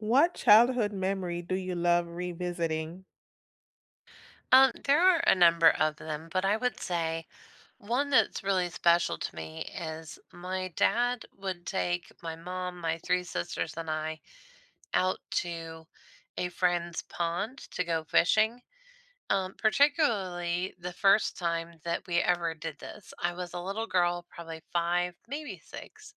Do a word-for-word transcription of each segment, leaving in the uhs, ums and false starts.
What childhood memory do you love revisiting? Um, there are a number of them, but I would say one that's really special to me is my dad would take my mom, my three sisters, and I out to a friend's pond to go fishing. Um, particularly the first time that we ever did this, I was a little girl, probably five, maybe six,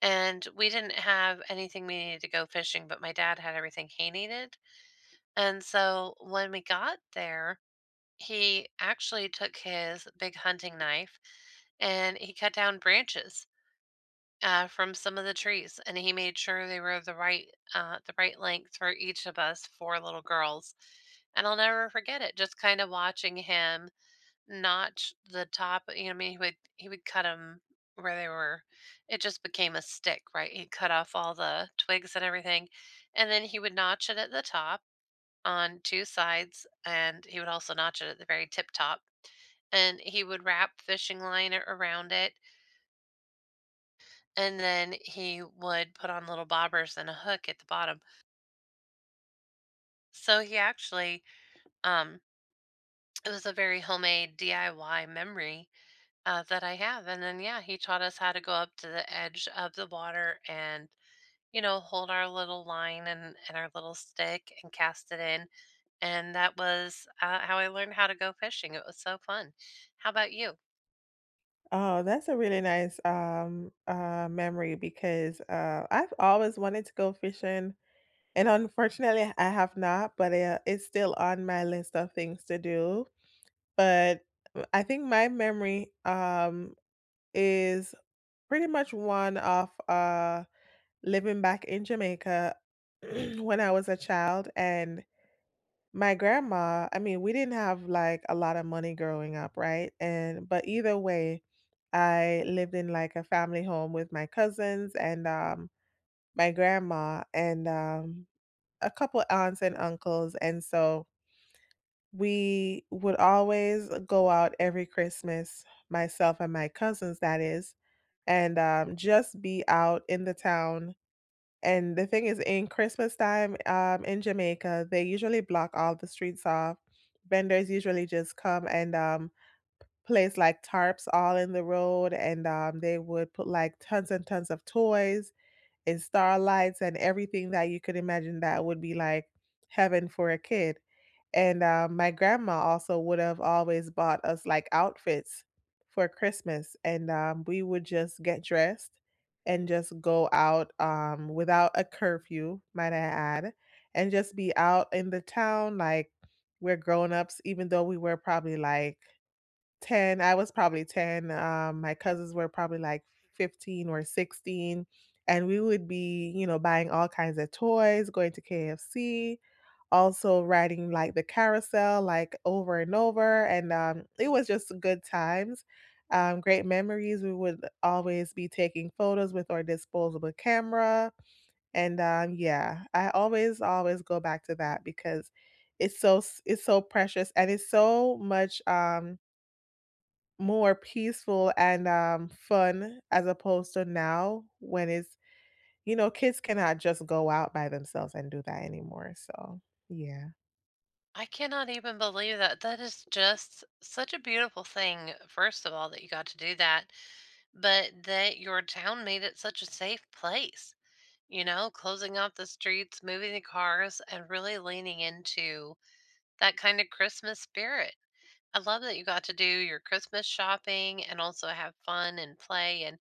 and we didn't have anything we needed to go fishing, but my dad had everything he needed. And so when we got there, he actually took his big hunting knife and he cut down branches uh, from some of the trees, and he made sure they were the right uh, the right length for each of us four little girls. And I'll never forget it. Just kind of watching him notch the top. You know, I mean, he would he would cut them where they were. It just became a stick, right? He cut off all the twigs and everything, and then he would notch it at the top on two sides, and he would also notch it at the very tip top, and he would wrap fishing line a- around it, and then he would put on little bobbers and a hook at the bottom. So he actually, um it was a very homemade D I Y memory, uh, that I have, and then, yeah, he taught us how to go up to the edge of the water and, you know, hold our little line and and our little stick and cast it in, and that was, uh, how I learned how to go fishing. It was so fun. How about you? Oh, that's a really nice um uh memory because uh I've always wanted to go fishing and unfortunately I have not, but uh, it's still on my list of things to do. But uh, I think my memory um is pretty much one of uh living back in Jamaica when I was a child. And my grandma, I mean, we didn't have like a lot of money growing up, right? And but either way, I lived in like a family home with my cousins and um my grandma and um a couple aunts and uncles. And so we would always go out every Christmas, myself and my cousins, that is, and um, just be out in the town. And the thing is, in Christmas time, um, in Jamaica, they usually block all the streets off. Vendors usually just come and um, place like tarps all in the road, and um, they would put like tons and tons of toys and starlights and everything that you could imagine that would be like heaven for a kid. And, um, my grandma also would have always bought us, like, outfits for Christmas, and, um, we would just get dressed and just go out, um, without a curfew, might I add, and just be out in the town like we're grown-ups, even though we were probably, like, ten i was probably ten. Um my cousins were probably like fifteen or sixteen, and we would be, you know, buying all kinds of toys, going to KFC, also riding like the carousel like over and over. And um, it was just good times. Um, great memories. We would always be taking photos with our disposable camera. And um, yeah, I always always go back to that because it's so s- it's so precious, and it's so much um, more peaceful and, um, fun, as opposed to now when it's, you know, kids cannot just go out by themselves and do that anymore, so, yeah. I cannot even believe that. That is just such a beautiful thing, first of all, that you got to do that, but that your town made it such a safe place, you know, closing off the streets, moving the cars, and really leaning into that kind of Christmas spirit. I love that you got to do your Christmas shopping and also have fun and play. And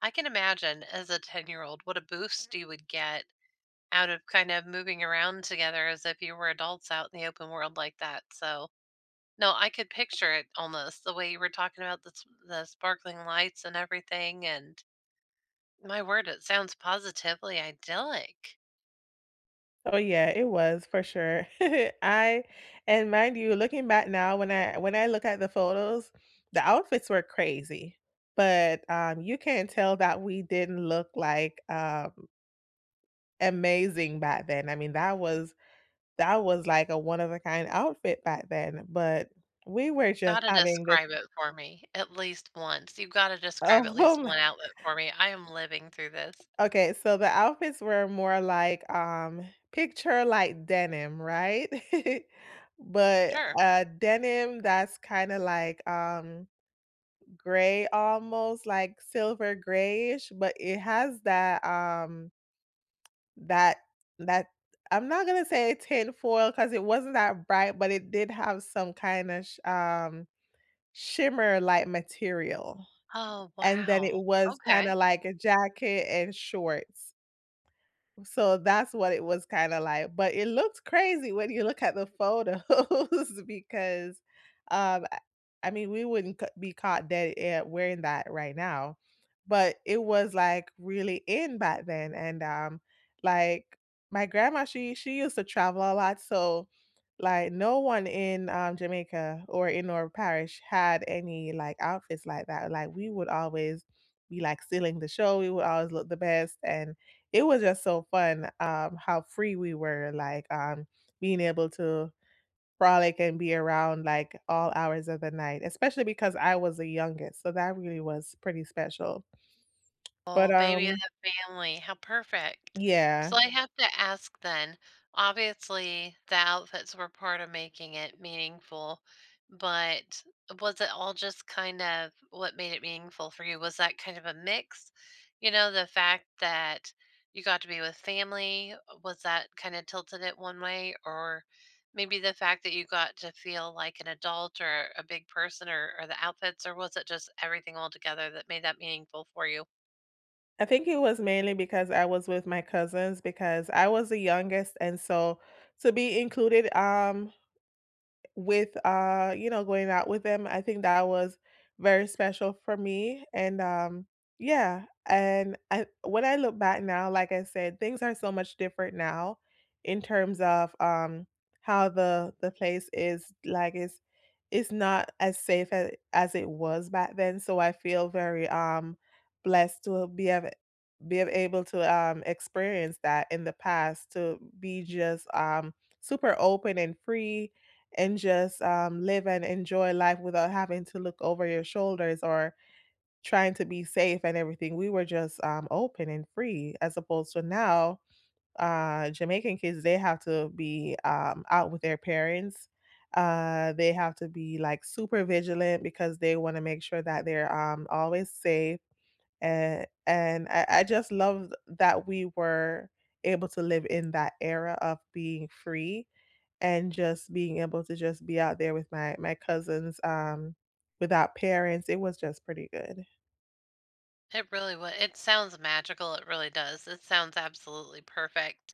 I can imagine as a ten year old what a boost you would get out of kind of moving around together as if you were adults out in the open world like that. So, no, I could picture it almost the way you were talking about the s the sparkling lights and everything, and my word, it sounds positively idyllic. Oh, yeah, it was for sure. I, and mind you, looking back now, when I when I look at the photos, the outfits were crazy, but, um, you can tell that we didn't look like, um, amazing back then. I mean, that was that was like a one of a kind outfit back then, but we were just Gotta having the— describe it for me at least once. You've gotta describe at Oh, least my. one outlet for me. I am living through this. Okay, so the outfits were more like, um, picture like denim, right? But, Sure. uh, denim that's kinda like, um, gray almost, like silver grayish, but it has that, um, that that I'm not gonna say tin foil because it wasn't that bright, but it did have some kinda sh um, shimmer-like material. Oh, And then it wow. was kinda Okay. like a jacket and shorts. So that's what it was kinda like, but it looked crazy when you look at the photos, because, um, I I mean, we wouldn't c be caught dead air wearing that right now, but it was, like, really in back then, and, um, like, my grandma, she she used to travel a lot, so, like, no one in, um, Jamaica or in our parish had any, like, outfits like that, like, we would always be, like, stealing the show, we would always look the best, and it was just so fun, um, how free we were, like, um, being able to frolic and be around, like, all hours of the night, especially because I was the youngest, so that really was pretty special. But, Oh, baby of um the family. How perfect. So yeah, I have to ask then, obviously the outfits were part of making it meaningful, but was it all just kind of what made it meaningful for you? Was that kind of a mix? You know, the fact that you got to be with family, was that kind of tilted it one way? Or maybe the fact that you got to feel like an adult or a big person or, or the outfits, or was it just everything all together that made that meaningful for you? I think it was mainly because I was with my cousins because I was the youngest, and so to be included, um, with, uh, you know, going out with them. I think that was very special for me, and, um, yeah. And I when I look back now, like I said, things are so much different now in terms of, um, how the the place is, like, it's it's not as safe as as it was back then, so I feel very, um, blessed to be able— be ab- able to, um, experience that in the past, to be just, um, super open and free and just um, live and enjoy life without having to look over your shoulders or trying to be safe and everything. We were just um, open and free, as opposed to now, uh, Jamaican kids, they have to be um, out with their parents. Uh, they have to be like super vigilant because they want to make sure that they're um, always safe. And, and I, I just love that we were able to live in that era of being free and just being able to just be out there with my my cousins, um, without parents. It was just pretty good. It really would. It sounds magical. It really does. It sounds absolutely perfect.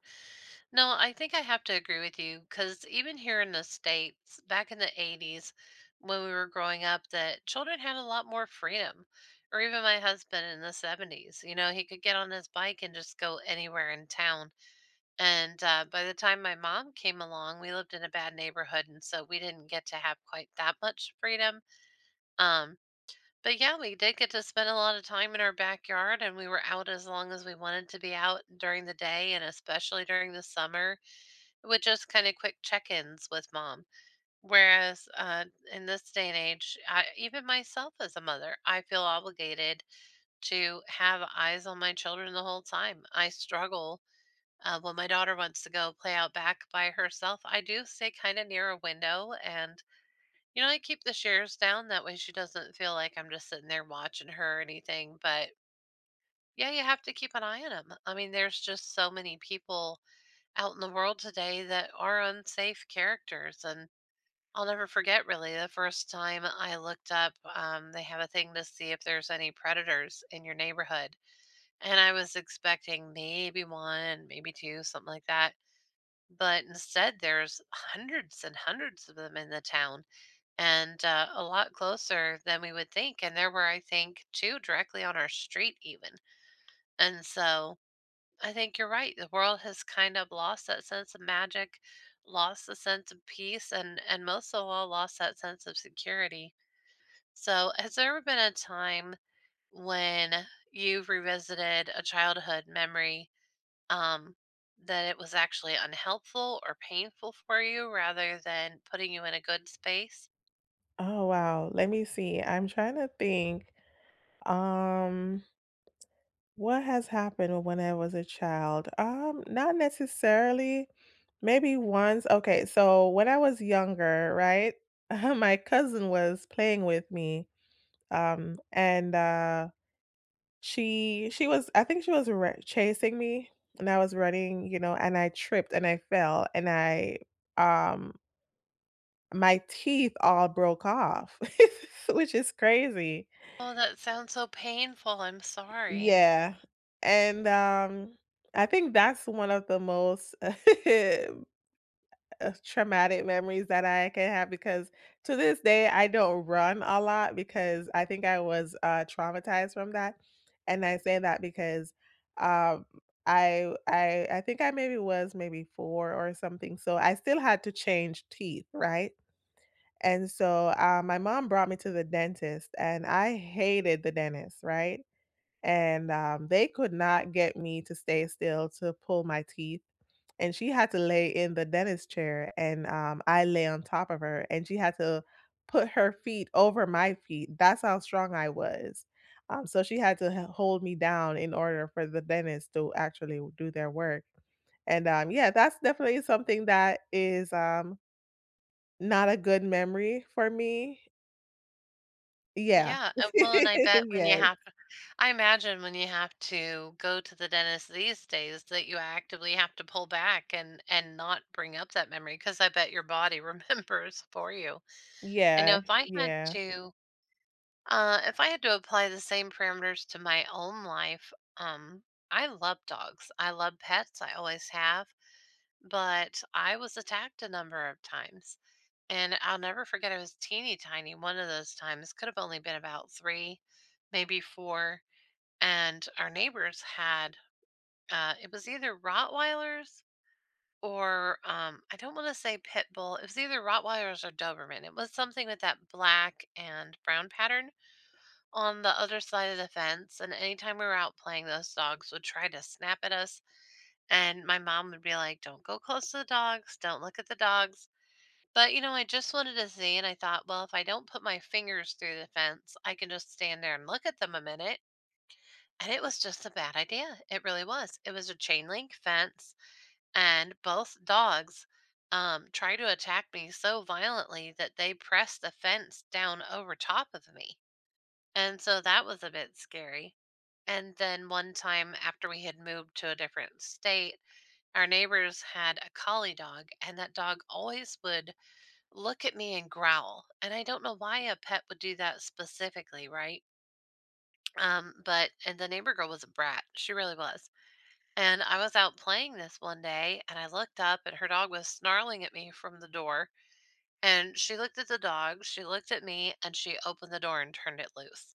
No, I think I have to agree with you because even here in the States, back in the eighties, when we were growing up, that children had a lot more freedom. Or even my husband in the seventies, you know, he could get on his bike and just go anywhere in town. And uh, by the time my mom came along, we lived in a bad neighborhood. And so we didn't get to have quite that much freedom. Um, but yeah, we did get to spend a lot of time in our backyard and we were out as long as we wanted to be out during the day and especially during the summer with just kind of quick check ins with mom. Whereas uh, in this day and age, I, even myself as a mother, I feel obligated to have eyes on my children the whole time. I struggle uh, when my daughter wants to go play out back by herself. I do stay kind of near a window and you know, I keep the shares down that way she doesn't feel like I'm just sitting there watching her or anything, but yeah, you have to keep an eye on them. I mean, there's just so many people out in the world today that are unsafe characters and I'll never forget really the first time I looked up um, they have a thing to see if there's any predators in your neighborhood and I was expecting maybe one, maybe two, something like that. But instead there's hundreds and hundreds of them in the town and uh, a lot closer than we would think. And there were, I think, two directly on our street, even. And so I think you're right. The world has kind of lost that sense of magic, lost the sense of peace, and, and most of all, lost that sense of security. So, has there ever been a time when you've revisited a childhood memory um, that it was actually unhelpful or painful for you rather than putting you in a good space? Oh, wow, let me see, I'm trying to think, um, what has happened when I was a child? Um, not necessarily, maybe once. Okay, so when I was younger, right, my cousin was playing with me, um, and, uh She she was I think she was ra chasing me, and I was running, you know, and I tripped and I fell, and I, um my teeth all broke off, which is crazy. Oh, that sounds so painful, I'm sorry. Yeah, and, um, I think that's one of the most Uh, traumatic memories that I can have because to this day, I don't run a lot because I think I was, uh, traumatized from that, and I say that because, um, I I I think I maybe was maybe four or something, so I still had to change teeth, right? And so, uh, my mom brought me to the dentist, and I hated the dentist, right? And, um, they could not get me to stay still to pull my teeth, and she had to lay in the dentist chair, and, um, I lay on top of her, and she had to put her feet over my feet. That's how strong I was. Um, so she had to h hold me down in order for the dentist to actually do their work. And, um, yeah, that's definitely something that is, um, not a good memory for me. Yeah. Yeah, and well, and I bet when you Yes. have to I imagine when you have to go to the dentist these days that you actively have to pull back and and not bring up that memory because I bet your body remembers for you. I Yeah. know if I had Yeah. to, uh, if I had to apply the same parameters to my own life, um, I love dogs. I love pets, I always have, but I was attacked a number of times. And I'll never forget it was teeny tiny one of those times. Could have only been about three, maybe four. And our neighbors had uh it was either Rottweilers or um I don't want to say pit bull. It was either Rottweilers or Doberman. It was something with that black and brown pattern on the other side of the fence. And anytime we were out playing, those dogs would try to snap at us. And my mom would be like, "Don't go close to the dogs, don't look at the dogs," but, you know, I just wanted to see, and I thought, well, if I don't put my fingers through the fence, I can just stand there and look at them a minute. And it was just a bad idea. It really was. It was a chain link fence, and both dogs um, tried to attack me so violently that they pressed the fence down over top of me. And so that was a bit scary. And then one time after we had moved to a different state, our neighbors had a collie dog, and that dog always would look at me and growl. And I don't know why a pet would do that specifically, right? Um, but and the neighbor girl was a brat. She really was. And I was out playing this one day and I looked up and her dog was snarling at me from the door. And she looked at the dog, she looked at me, and she opened the door and turned it loose.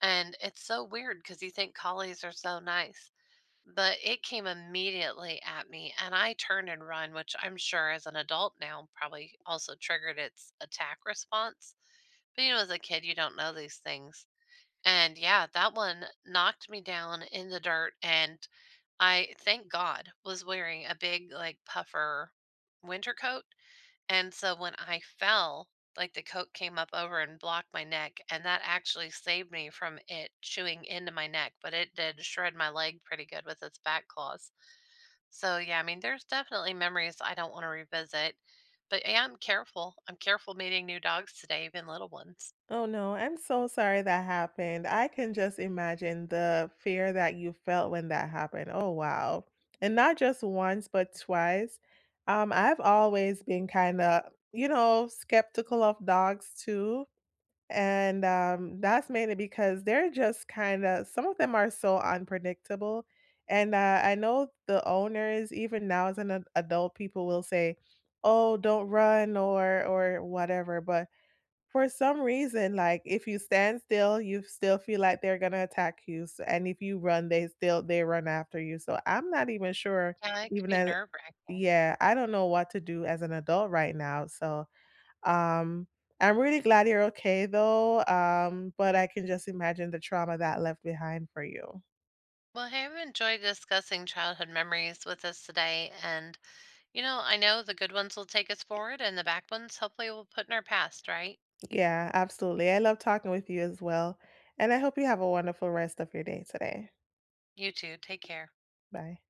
And it's so weird because you think collies are so nice, but it came immediately at me and I turned and run, which I'm sure as an adult now probably also triggered its attack response, but you know, as a kid you don't know these things. And yeah, that one knocked me down in the dirt, and I thank God was wearing a big like puffer winter coat, and so when I fell, like the coat came up over and blocked my neck, and that actually saved me from it chewing into my neck, but it did shred my leg pretty good with its back claws. So yeah, I mean, there's definitely memories I don't want to revisit, but yeah, I'm careful. I'm careful meeting new dogs today, even little ones. Oh no, I'm so sorry that happened. I can just imagine the fear that you felt when that happened. Oh wow. And not just once, but twice. Um, I've always been kind of, you know, skeptical of dogs too. And um, that's mainly because they're just kind of, some of them are so unpredictable. And uh, I know the owners, even now as an ad- adult, people will say, oh, don't run or or whatever. But for some reason, like, if you stand still, you still feel like they're gonna attack you, s and if you run, they still they run after you, so I'm not even sure Yeah, it could even be as— nerve wracking. Yeah, I don't know what to do as an adult right now, so, um, I'm really glad you're okay though, um, but I can just imagine the trauma that left behind for you. Well, hey, I've enjoyed discussing childhood memories with us today, and you know, I know the good ones will take us forward, and the back ones hopefully will put in our past, right? Yeah, absolutely, I love talking with you as well, and I hope you have a wonderful rest of your day today. You too. Take care. Bye.